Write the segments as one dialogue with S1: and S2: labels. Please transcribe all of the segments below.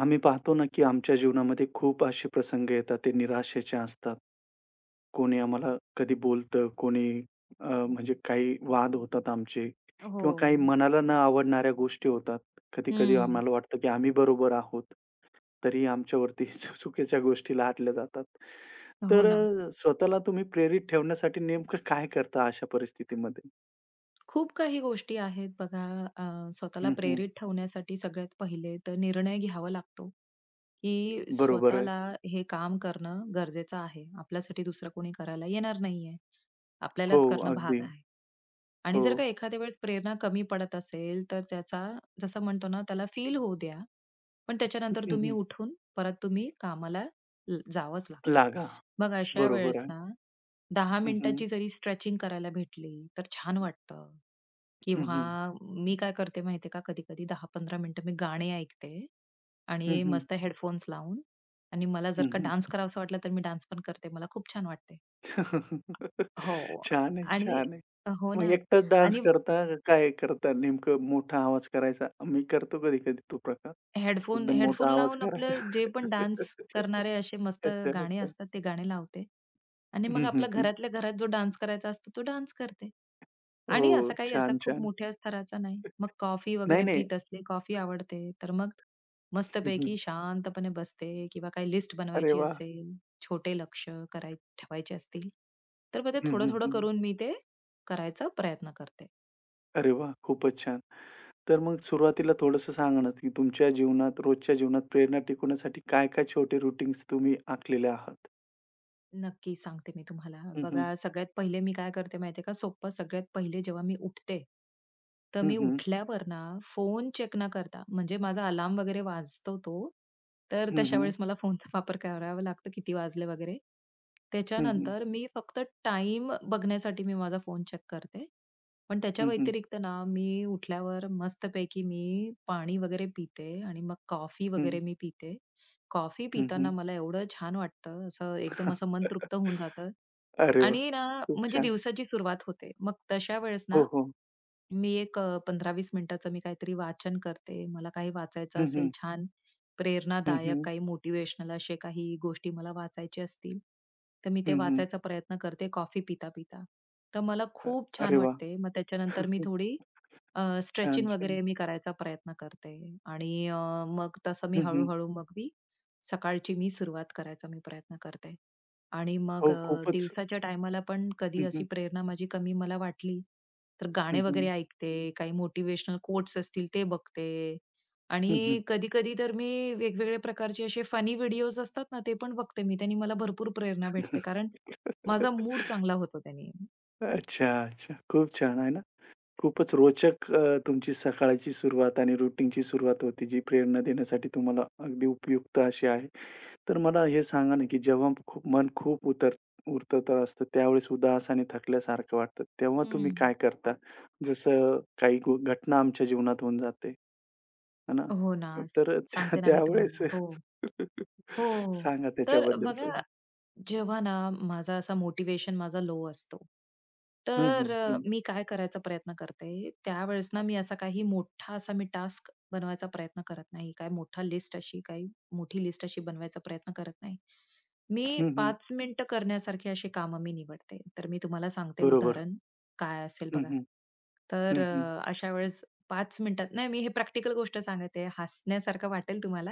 S1: आम्ही पाहतो ना, की आमच्या जीवनामध्ये खूप असे प्रसंग येतात, ते निराशेचे असतात. कोणी आम्हाला कधी बोलतं, कोणी म्हणजे काही वाद होतात आमचे
S2: हो.
S1: किंवा काही मनाला न आवडणाऱ्या गोष्टी होतात. कधी-कधी
S2: हं.
S1: आम्हाला वाटतं, की आम्ही बरोबर आहोत, तरी आमच्यावरती चुकीच्या गोष्टी लादल्या जातात.
S2: हो
S1: तर
S2: ना.
S1: स्वतःला तुम्ही प्रेरित ठेवण्यासाठी नेमकं काय करता अशा परिस्थितीमध्ये?
S2: खूप काही गोष्टी आहेत बघा. स्वतःला
S1: हं, हं.
S2: प्रेरित ठेवण्यासाठी सगळ्यात पहिले तर निर्णय घ्यावा लागतो, की
S1: बरोबर आहे.
S2: स्वतःला हे काम करणं गरजेचं आहे. आपल्यासाठी दुसरं कोणी करायला येणार नाहीये.
S1: हो,
S2: आपल्यालाच करणं भाग
S1: अगदी.
S2: आहे. आणि
S1: हो.
S2: जर का एखाद्या वेळेस प्रेरणा कमी पडत असेल, तर त्याचा जसं म्हणतो ना, त्याला फील होऊ द्या. पण त्याच्यानंतर तुम्ही उठून परत तुम्ही कामाला जावंच लागते.
S1: लागा.
S2: मग अशा
S1: बरोबर
S2: वेळेस
S1: आहे.
S2: ना, 10
S1: हं,
S2: मिनिटाची जरी स्ट्रेचिंग करायला भेटली, तर छान वाटतं.
S1: हं,
S2: किंवा
S1: हं.
S2: मी काय करते माहिती का, कधी-कधी 10-15 मिनिटं मी गाणी ऐकते
S1: हं,
S2: आणि
S1: हं.
S2: मस्त हेडफोन्स लावून आणि मला
S1: हं,
S2: जर का
S1: हं.
S2: डान्स करावासा वाटला, तर मी डान्स पण करते. मला खूप छान वाटते. हो.
S1: छान आहे,
S2: आणि
S1: छान आहे.
S2: हो
S1: मग
S2: ना.
S1: एकटाच डान्स
S2: आणि
S1: करता का काय करता नेमकं मोठा आवाज करायचा? मी करतो कधी-कधी तो प्रकार.
S2: हेडफोन
S1: एकदम
S2: हेडफोन
S1: मोठा आवाज
S2: लावून
S1: करायचा.
S2: आपलं जे पण डान्स करणारे असे मस्त
S1: अच्छा,
S2: गाणे
S1: अच्छा.
S2: असतात, ते गाणे लावते. आणि मग
S1: हं, हं,
S2: आपला
S1: हं.
S2: घरातल्या घरात जो डान्स करायचा असतो, तो डान्स करते.
S1: हो.
S2: आणि असा काही असा
S1: छान,
S2: खूप
S1: छान.
S2: मोठ्या स्तराचा नाही. मग कॉफी
S1: नाही,
S2: वगैरे
S1: नाही.
S2: पीत असले, कॉफी आवडते, तर मग
S1: हं, हं.
S2: मस्तपैकी शांतपणे बसते किंवा काही लिस्ट
S1: अरे
S2: बनवायची
S1: वाह!
S2: असेल, छोटे लक्ष्य ठेवायचे असतील, तर मग ते
S1: हं, हं,
S2: थोडं-थोडं
S1: हं.
S2: करून मी ते करायचा प्रयत्न करते.
S1: अरे वाह! खूपच छान. तर मग सुरुवातीला थोडंसं सांगा ना, की तुमच्या जीवनात, रोजच्या जीवनात प्रेरणा टिकवण्यासाठी काय-काय छोटे रूटीन्स तुम्ही आखलेले आहात?
S2: नक्कीच सांगते मी तुम्हाला.
S1: हं, हं.
S2: बघा, सगळ्यात पहिले मी काय करते माहितीये का, सोप्पं सगळ्यात पहिले जेव्हा मी उठते, तर
S1: हं,
S2: मी
S1: हं.
S2: उठल्यावर ना फोन चेक न करता, म्हणजे माझा अलार्म वगैरे वाजतो तो, तर
S1: हं,
S2: तशा
S1: हं.
S2: वेळेस मला फोनचा वापर करावा लागतो, किती वाजले वगैरे.
S1: हं, हं.
S2: त्याच्यानंतर मी फक्त टाईम बघण्यासाठी मी माझा फोन चेक करते. पण त्याच्या
S1: हं, हं.
S2: व्यतिरिक्त ना, मी उठल्यावर मस्तपैकी मी पाणी वगैरे पिते आणि मग कॉफी
S1: हं, हं.
S2: वगैरे मी पिते. कॉफी
S1: हं,
S2: पिताना मला एवढं छान वाटतं, असं एकदम असं मन तृप्त होऊन जातं
S1: अरे वाह!
S2: आणि ना
S1: खूप
S2: म्हणजे
S1: छान.
S2: दिवसाची सुरुवात होते. मग तशा वेळेस
S1: हो,
S2: ना,
S1: हो.
S2: मी एक 15-20 मिनिटाचं मी काहीतरी वाचन करते. मला काही वाचायचं
S1: हं,
S2: असेल
S1: हं.
S2: छान
S1: हं,
S2: प्रेरणादायक,
S1: हं.
S2: काही मोटिव्हेशनल असे काही गोष्टी मला वाचायचे असतील, तर मी ते
S1: हं, हं.
S2: वाचायचा प्रयत्न करते कॉफी पिता-पिता. तर मला
S1: अ,
S2: खूप
S1: अरे
S2: छान
S1: वाह!
S2: वाटते. मग त्याच्यानंतर मी
S1: खूप
S2: थोडी
S1: छान,
S2: स्ट्रेचिंग
S1: छान.
S2: वगैरे मी करायचा प्रयत्न करते आणि मग तसं मी
S1: हं, हं.
S2: हळू मग मी सकाळची मी सुरुवात करायचा मी प्रयत्न करते. आणि मग
S1: हो, खूपच.
S2: दिवसाच्या टायमाला पण कधी
S1: हं, हं.
S2: अशी प्रेरणा माझी कमी मला वाटली, तर
S1: हं,
S2: गाणे
S1: हं.
S2: वगैरे ऐकते, काही मोटिवेशनल कोट्स असतील ते बघते. आणि
S1: हं, हं.
S2: कधी-कधी तर मी वेगवेगळे प्रकारचे असे फनी व्हिडिओज असतात ना, ते पण बघते मी. त्यांनी मला भरपूर प्रेरणा भेटते, कारण माझा मूड चांगला होतो त्यानी.
S1: अच्छा, अच्छा. खूप छान आहे ना. खूपच रोचक तुमची सकाळची सुरुवात आणि रुटीनची सुरुवात होती, जी प्रेरणा देण्यासाठी तुम्हाला अगदी उपयुक्त अशी आहे. तर मला हे सांगा ना, की जेव्हा खूप मन खूप उतर उतरतर असतं, त्यावेळेस उदास आणि थकल्यासारखं वाटतं, तेव्हा तुम्ही
S2: हं.
S1: काय करता? जसं काही घटना आमच्या जीवनात होऊन जाते, है ना?
S2: हो ना.
S1: तर
S2: सांगते ना मी
S1: त्यावेळेस
S2: तुम्हाला. हो. हो. हो.
S1: सांगा
S2: तर
S1: त्याच्याबद्दल
S2: बघा
S1: थोडं?
S2: जेव्हा ना माझा असा मोटिवेशन माझा लो असतो,
S1: हं, हं,
S2: तर
S1: हं.
S2: मी काय करायचा प्रयत्न करते, त्यावेळेस ना मी असा काही मोठा असा मी टास्क बनवायचा प्रयत्न करत नाही. काय मोठा लिस्ट अशी काही मोठी लिस्ट अशी बनवायचा प्रयत्न करत नाही. मी
S1: हं, हं.
S2: 5 मिनिटं करण्यासारखी अशी कामं मी निवडते. तर मी तुम्हाला सांगते
S1: बरोबर.
S2: उदाहरण काय असेल
S1: हं,
S2: बघा.
S1: हं.
S2: तर
S1: हं, हं.
S2: अशा वेळेस 5 मिनिटात नाही मी हे प्रॅक्टिकल गोष्ट सांगत आहे. हसण्यासारखं वाटेल तुम्हाला,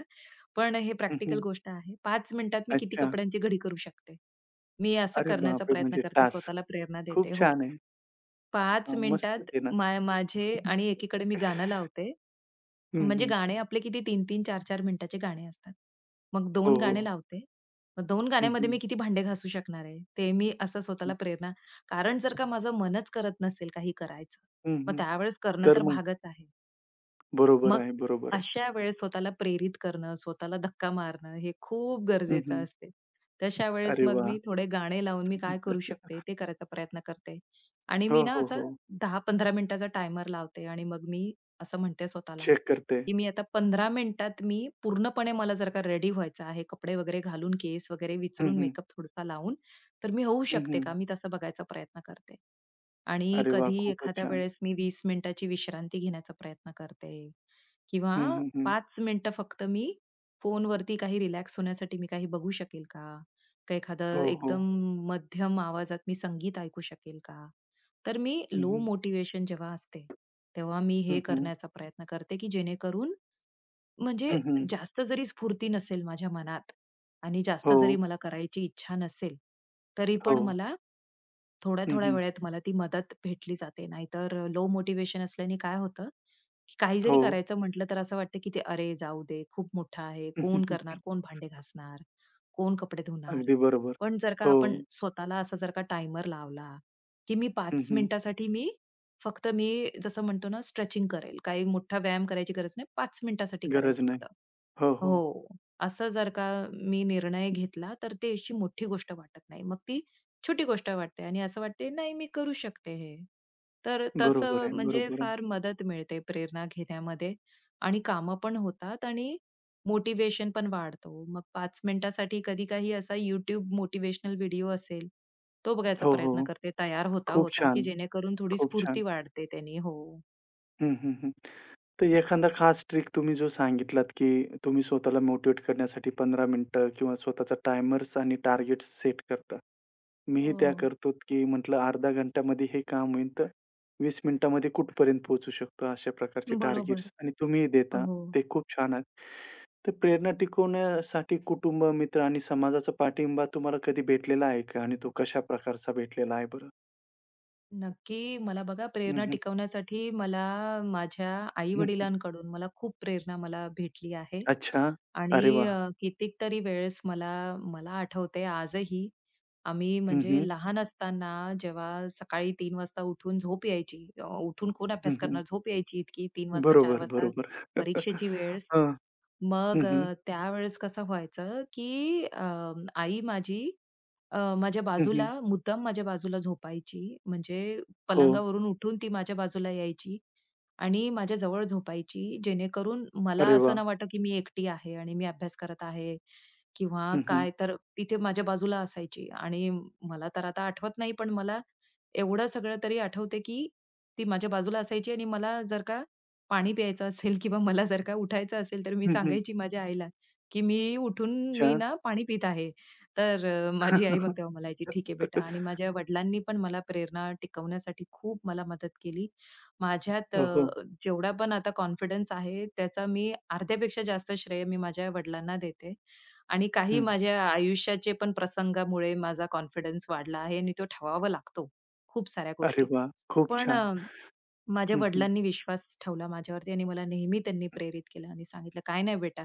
S2: पण हे
S1: हं,
S2: प्रॅक्टिकल
S1: हं.
S2: गोष्ट आहे. 5 मिनिटात मी किती
S1: अच्छा.
S2: कपड्यांची घडी करू शकते. मी असं
S1: अरे
S2: करण्याचा
S1: बापरे!
S2: प्रयत्न
S1: म्हणजे
S2: करते,
S1: टास्क.
S2: स्वतःला प्रेरणा देते.
S1: खूप
S2: हो.
S1: छान आहे.
S2: 5
S1: हां, मस्तच
S2: मिनिटात
S1: आहे ना.
S2: माझे आणि एकीकडे मी गाणं लावते.
S1: हं,
S2: म्हणजे
S1: हं.
S2: गाणे आपले किती 3-3, 4-4 मिनिटाचे गाणे असतात. मग
S1: हो,
S2: 2 गाणे
S1: हो.
S2: लावते. मग 2
S1: हं,
S2: गाण्यामध्ये
S1: हं.
S2: मी किती भांडे घासू शकणार आहे? ते मी असं स्वतःला प्रेरणा कारण जर का माझं मनच करत नसेल काही करायचं,
S1: हं,
S2: मग
S1: हं.
S2: त्यावेळेस करणं
S1: तर
S2: तर
S1: मग
S2: भागच आहे.
S1: बरोबर
S2: मग
S1: आहे, बरोबर आहे.
S2: अशा वेळेस स्वतःला प्रेरित करणं, स्वतःला धक्का मारणं हे खूप
S1: हं,
S2: गरजेचं
S1: हं.
S2: असते. तशा वेळेस
S1: अरे
S2: मग
S1: वाह!
S2: मी थोडे गाणे लावून मी काय करू शकते ते करायचा प्रयत्न करते. आणि मी
S1: हो,
S2: ना
S1: हो,
S2: असं
S1: हो.
S2: 10-15 मिनिटाचा टायमर लावते आणि मग मी असं म्हणते स्वतःला,
S1: चेक करते.
S2: की मी आता 15 मिनिटात मी पूर्णपणे मला जर का रेडी व्हायचं आहे, कपडे वगैरे घालून, केस वगैरे
S1: हं,
S2: विचरून,
S1: हं.
S2: मेकअप थोडासा लावून, तर मी होऊ
S1: हं,
S2: शकते
S1: हं.
S2: का? मी तसा बघायचा प्रयत्न करते. आणि
S1: अरे वाह!
S2: कधी
S1: खूपच
S2: एखाद्या
S1: छान.
S2: वेळेस मी 20 मिनिटाची विश्रांती घेण्याचा प्रयत्न करते. किंवा
S1: हं, हं, हं.
S2: 5 मिनिटं फक्त मी फोनवरती काही रिलॅक्स होण्यासाठी मी काही बघू शकेल का? का
S1: हो,
S2: एखादं
S1: हो.
S2: एकदम मध्यम आवाजात मी संगीत ऐकू शकेल का? तर मी
S1: हं,
S2: लो
S1: हं.
S2: मोटिव्हेशन जेव्हा असते, तेव्हा मी
S1: हं,
S2: हे
S1: हं.
S2: करण्याचा प्रयत्न करते, की जेणेकरून म्हणजे
S1: हं, हं.
S2: जास्त जरी स्फूर्ती नसेल माझ्या मनात आणि जास्त
S1: हो,
S2: जरी मला करायची इच्छा नसेल, तरी
S1: हो.
S2: पण मला
S1: हं,
S2: थोड्या-थोड्या
S1: हं.
S2: वेळेत मला ती मदत भेटली जाते. नाहीतर लो मोटिव्हेशन असल्याने काय होतं, की काही जरी
S1: हो.
S2: करायचं म्हटलं, तर असं वाटतं की ते "अरे जाऊ दे, खूप मोठं आहे. कोण करणार? कोण भांडे घासणार? कोण कपडे धुणार?"
S1: अगदी बरोबर.
S2: पण जर का
S1: हो.
S2: आपण स्वतःला असा जर का टायमर लावला, की मी
S1: हं,
S2: 5
S1: हं.
S2: मिनिटासाठी मी फक्त मी जसं म्हणतो ना स्ट्रेचिंग करेल. काही मोठा व्यायाम करायची गरज नाही. 5 मिनिटासाठी करेल
S1: गरज नाही.
S2: फक्त.
S1: हो, हो.
S2: हो. असं जर का मी निर्णय घेतला, तर ते अशी मोठी गोष्ट वाटत नाही. मग ती छोटी गोष्ट वाटते आणि असं वाटते, "नाही, मी करू शकते हे." तर
S1: बरोबर
S2: तसं
S1: आहे,
S2: म्हणजे
S1: बरोबर आहे.
S2: फार मदत मिळते प्रेरणा घेण्यामध्ये आणि कामं पण होतात आणि मोटिवेशन पण वाढतो. मग 5 मिनिटासाठी कधी काही असा YouTube मोटिवेशनल व्हिडिओ असेल, तो बघायचा
S1: हो, हो.
S2: प्रयत्न करते तयार होता,
S1: खूप
S2: होता, की
S1: छान,
S2: जेणेकरून थोडी
S1: खूप छान.
S2: स्फूर्ती वाढते त्यानी. हो.
S1: हं, हं, हं. तर एखादा खास ट्रिक तुम्ही जो सांगितलात, की तुम्ही स्वतःला मोटिव्हेट करण्यासाठी 15 मिनिटं किंवा स्वतःचा टायमर्स आणि टार्गेट्स सेट करता. मीही त्या
S2: हो,
S1: करतो, की म्हटलं अर्धा घंटामध्ये हे काम होईल, तर 20 मिनिटामध्ये कुठपर्यंत पोहोचू शकतो, अशा प्रकारचे
S2: बरोबर.
S1: टार्गेट्स आणि तुम्ही देता.
S2: हो.
S1: ते खूप छान आहेत. तर प्रेरणा टिकवण्यासाठी कुटुंब, मित्र आणि समाजाचा पाठिंबा तुम्हाला कधी भेटलेला आहे का? आणि तो कशा प्रकारचा भेटलेला आहे बरं?
S2: नक्की. मला बघा
S1: हं,
S2: प्रेरणा
S1: हं.
S2: टिकवण्यासाठी मला माझ्या
S1: हं, हं.
S2: आई-वडिलांकडून मला खूप प्रेरणा मला भेटली आहे.
S1: अच्छा.
S2: आणि
S1: अरे वाह!
S2: कितीक तरी वेळेस मला मला आठवतंय आजही, आम्ही
S1: हं,
S2: म्हणजे
S1: हं.
S2: लहान असताना जेव्हा सकाळी 3 वाजता उठून झोप यायची. उठून कोण
S1: हं,
S2: अभ्यास
S1: हं.
S2: करणार? झोप यायची इतकी 3 वाजता, 4
S1: बरोबर,
S2: वाजता
S1: बरोबर.
S2: परीक्षेची वेळ.
S1: हां. हं,
S2: मग
S1: हं.
S2: त्यावेळेस कसं व्हायचं, की आई माझी माझ्या
S1: हं,
S2: बाजूला
S1: हं.
S2: मुद्दाम माझ्या बाजूला झोपायची. म्हणजे
S1: हो.
S2: पलंगावरून उठून ती माझ्या बाजूला यायची आणि माझ्या जवळ झोपायची. जेणेकरून मला
S1: अरे
S2: असं
S1: वाह!
S2: नाही वाटत, की मी एकटी आहे आणि मी अभ्यास करत आहे किंवा
S1: हं, हं.
S2: काय. तर इथे माझ्या बाजूला असायची आणि मला तर आता आठवत नाही, पण मला एवढं सगळं तरी आठवते, की ती माझ्या बाजूला असायची आणि मला जर का पाणी प्यायचं असेल किंवा मला जर का उठायचं असेल, तर मी
S1: हं, हं.
S2: सांगायची माझ्या आईला, की "मी उठून
S1: अच्छा.
S2: मी ना पाणी पीत आहे." तर माझी आई मग तेव्हा मला म्हणायची, "ठीक आहे बेटा." आणि माझ्या वडिलांनी पण मला प्रेरणा टिकवण्यासाठी खूप मला मदत केली. माझ्यात
S1: हो, हो.
S2: जेवढा पण आता कॉन्फिडन्स आहे त्याचा मी अर्ध्यापेक्षा जास्त श्रेय मी माझ्या वडिलांना देते. आणि काही माझ्या आयुष्याचे पण प्रसंगामुळे माझा कॉन्फिडन्स वाढला आहे आणि तो ठेवावा लागतो खूप साऱ्या
S1: अरे
S2: गोष्टीत.
S1: वाह! खूप
S2: पण
S1: छान.
S2: माझ्या
S1: हं, हं.
S2: वडिलांनी विश्वास ठेवला माझ्यावरती आणि मला नेहमी त्यांनी प्रेरित केलं आणि सांगितलं, "काय नाही बेटा,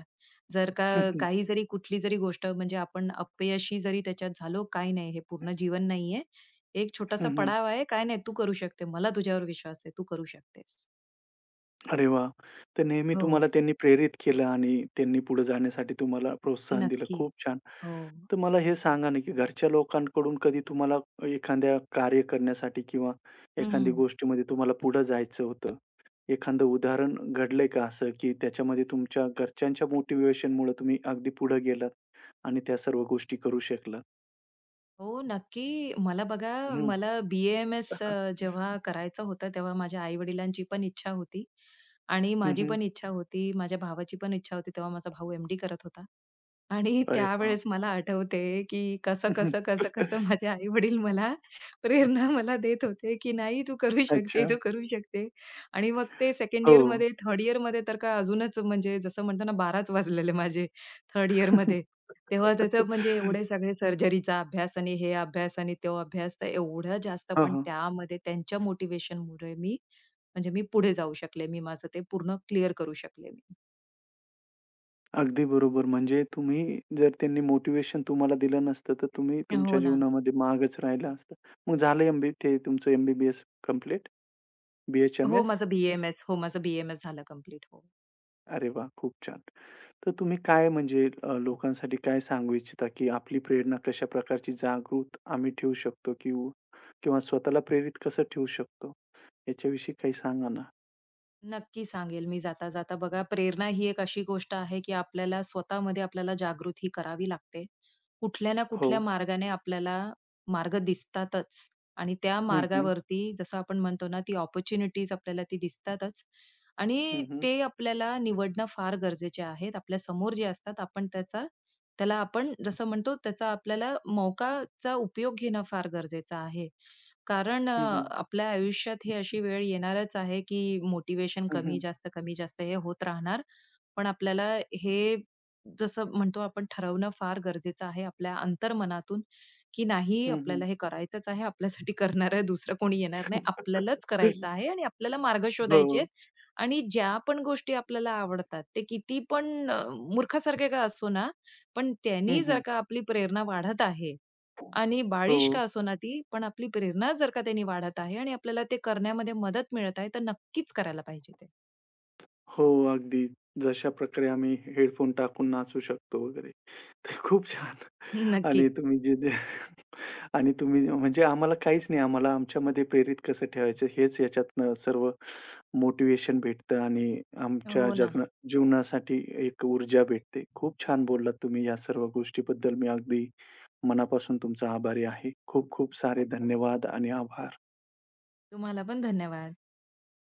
S2: जर का
S1: हं, हं.
S2: काही जरी कुठली जरी गोष्ट म्हणजे आपण अपयशी जरी त्याच्यात झालो, काही नाही. हे पूर्ण जीवन नाहीये. एक छोटासा
S1: हं, हं.
S2: पडाव आहे. काय नाही, तू करू शकते. मला तुझ्यावर विश्वास आहे. तू करू शकतेस."
S1: अरे वाह! तर नेहमी
S2: हो,
S1: तुम्हाला त्यांनी प्रेरित केलं आणि त्यांनी पुढे जाण्यासाठी तुम्हाला प्रोत्साहन दिलं.
S2: नक्की.
S1: खूप छान.
S2: हो.
S1: तर मला हे सांगा ना, की घरच्या लोकांकडून कधी तुम्हाला एखाद्या कार्य करण्यासाठी किंवा
S2: हं.
S1: एखादी गोष्टीमध्ये तुम्हाला पुढे जायचं होतं. एखादं उदाहरण घडलंय का असं, की त्याच्यामध्ये तुमच्या घरच्यांच्या मोटिव्हेशनमुळे तुम्ही अगदी पुढे गेलात आणि त्या सर्व गोष्टी करू शकलात?
S2: हो, नक्की. मला बघा,
S1: हं.
S2: मला बी एम एस जेव्हा करायचं होतं, तेव्हा माझ्या आई-वडिलांची पण इच्छा होती आणि
S1: हं,
S2: माझी
S1: हं.
S2: पण इच्छा होती. माझ्या भावाची पण इच्छा होती. तेव्हा माझा भाऊ एम-डी करत होता. आणि
S1: अरे वाह!
S2: त्यावेळेस मला आठवते, की कसं, कसं, कसं, कसं माझे आई-वडील मला प्रेरणा मला देत होते, की "नाही तू करू शकते,
S1: अच्छा.
S2: तू करू शकते." आणि मग ते 2nd
S1: हो.
S2: इयरमध्ये, 3rd इयरमध्ये तर काय अजूनच म्हणजे जसं म्हणतो ना 12च वाजलेले माझे 3rd इयरमध्ये. तेव्हा त्याचं म्हणजे एवढे सगळे सर्जरीचा अभ्यास आणि हे अभ्यास आणि तो अभ्यास तर एवढं जास्त
S1: हां,
S2: पण
S1: हां.
S2: त्यामध्ये त्यांच्या मोटिव्हेशनमुळे मी म्हणजे मी पुढे जाऊ शकले. मी माझं ते पूर्ण क्लिअर करू शकले मी.
S1: अगदी बरोबर. म्हणजे तुम्ही जर त्यांनी मोटिवेशन तुम्हाला दिलं नसतं, तर तुम्ही
S2: हो
S1: तुमच्या
S2: ना.
S1: जीवनामध्ये मागच राहिला असता. मग झालं एम-बी ते तुमचं एम-बी-बी-एस कंप्लीट.
S2: हो,
S1: बी-एच-एम-एस.
S2: माझं बी एम हो, माझं बी-एम-एस झालं कंप्लीट. हो.
S1: अरे वाह! खूप छान. तर तुम्ही काय म्हणजे लोकांसाठी काय सांगू इच्छिता, की आपली प्रेरणा कशा प्रकारची जागृत आम्ही ठेवू शकतो किंवा किंवा स्वतःला प्रेरित कसं ठेवू शकतो? याच्याविषयी काही सांगा ना?
S2: नक्की सांगेल मी जाता-जाता. बघा, प्रेरणा ही एक अशी गोष्ट आहे, की आपल्याला स्वतःमध्ये आपल्याला जागृत करावी लागते. कुठल्या ना
S1: हो.
S2: कुठल्या मार्गाने आपल्याला मार्ग दिसतातच आणि त्या
S1: हं, हं.
S2: मार्गावरती जसं आपण म्हणतो ना, ती अपॉर्च्युनिटीज आपल्याला ती दिसतातच
S1: हं,
S2: आणि
S1: हं.
S2: ते आपल्याला निवडणं फार गरजेचे आहेत. आपल्या समोर जे असतात आपण त्याचा त्याला आपण जसं म्हणतो त्याचा आपल्याला मौकाचा उपयोग घेणं फार गरजेचं आहे. कारण
S1: हं, हं.
S2: आपल्या आयुष्यात ही अशी वेळ येणारच आहे की मोटिवेशन
S1: हं,
S2: कमी
S1: हं.
S2: जास्त, कमी जास्त हे होत राहणार. पण आपल्याला हे जसं म्हणतो आपण ठरवणं फार गरजेचं आहे आपल्या अंतर्मनातून, की नाही
S1: हं,
S2: आपल्याला हे करायचंच आहे. आपल्यासाठी करणारं दुसरं कोणी येणार नाही. आपल्यालाच करायचं
S1: हं.
S2: आहे आणि आपल्याला मार्ग शोधायचे
S1: हो.
S2: आहेत. आणि ज्या पण गोष्टी आपल्याला आवडतात, ते किती पण मूर्खासारखे का असो ना, पण
S1: हं,
S2: त्यांनी जर
S1: हं.
S2: का आपली प्रेरणा वाढत आहे आणि
S1: हो.
S2: बाळिश का असो ना ती, पण आपली प्रेरणा जर का त्यांनी वाढत आहे आणि आपल्याला ते करण्यामध्ये मदत मिळत आहे, तर नक्कीच करायला पाहिजे ते.
S1: हो, अगदी. जशा प्रकारे आम्ही हेडफोन टाकून नाचू शकतो वगैरे. ते खूप छान. आणि
S2: नक्की.
S1: तुम्ही जे ते आणि तुम्ही म्हणजे आम्हाला काहीच नाही, आम्हाला आमच्यामध्ये प्रेरित कसं ठेवायचं हेच याच्यातनं सर्व मोटिवेशन भेटतं आणि आमच्या
S2: हो ना.
S1: जीवनासाठी एक ऊर्जा भेटते. खूप छान बोललात तुम्ही या सर्व गोष्टीबद्दल. मी अगदी मनापासून तुमचा आभारी आहे. खूप खूप सारे धन्यवाद आणि आभार.
S2: तुम्हाला पण धन्यवाद.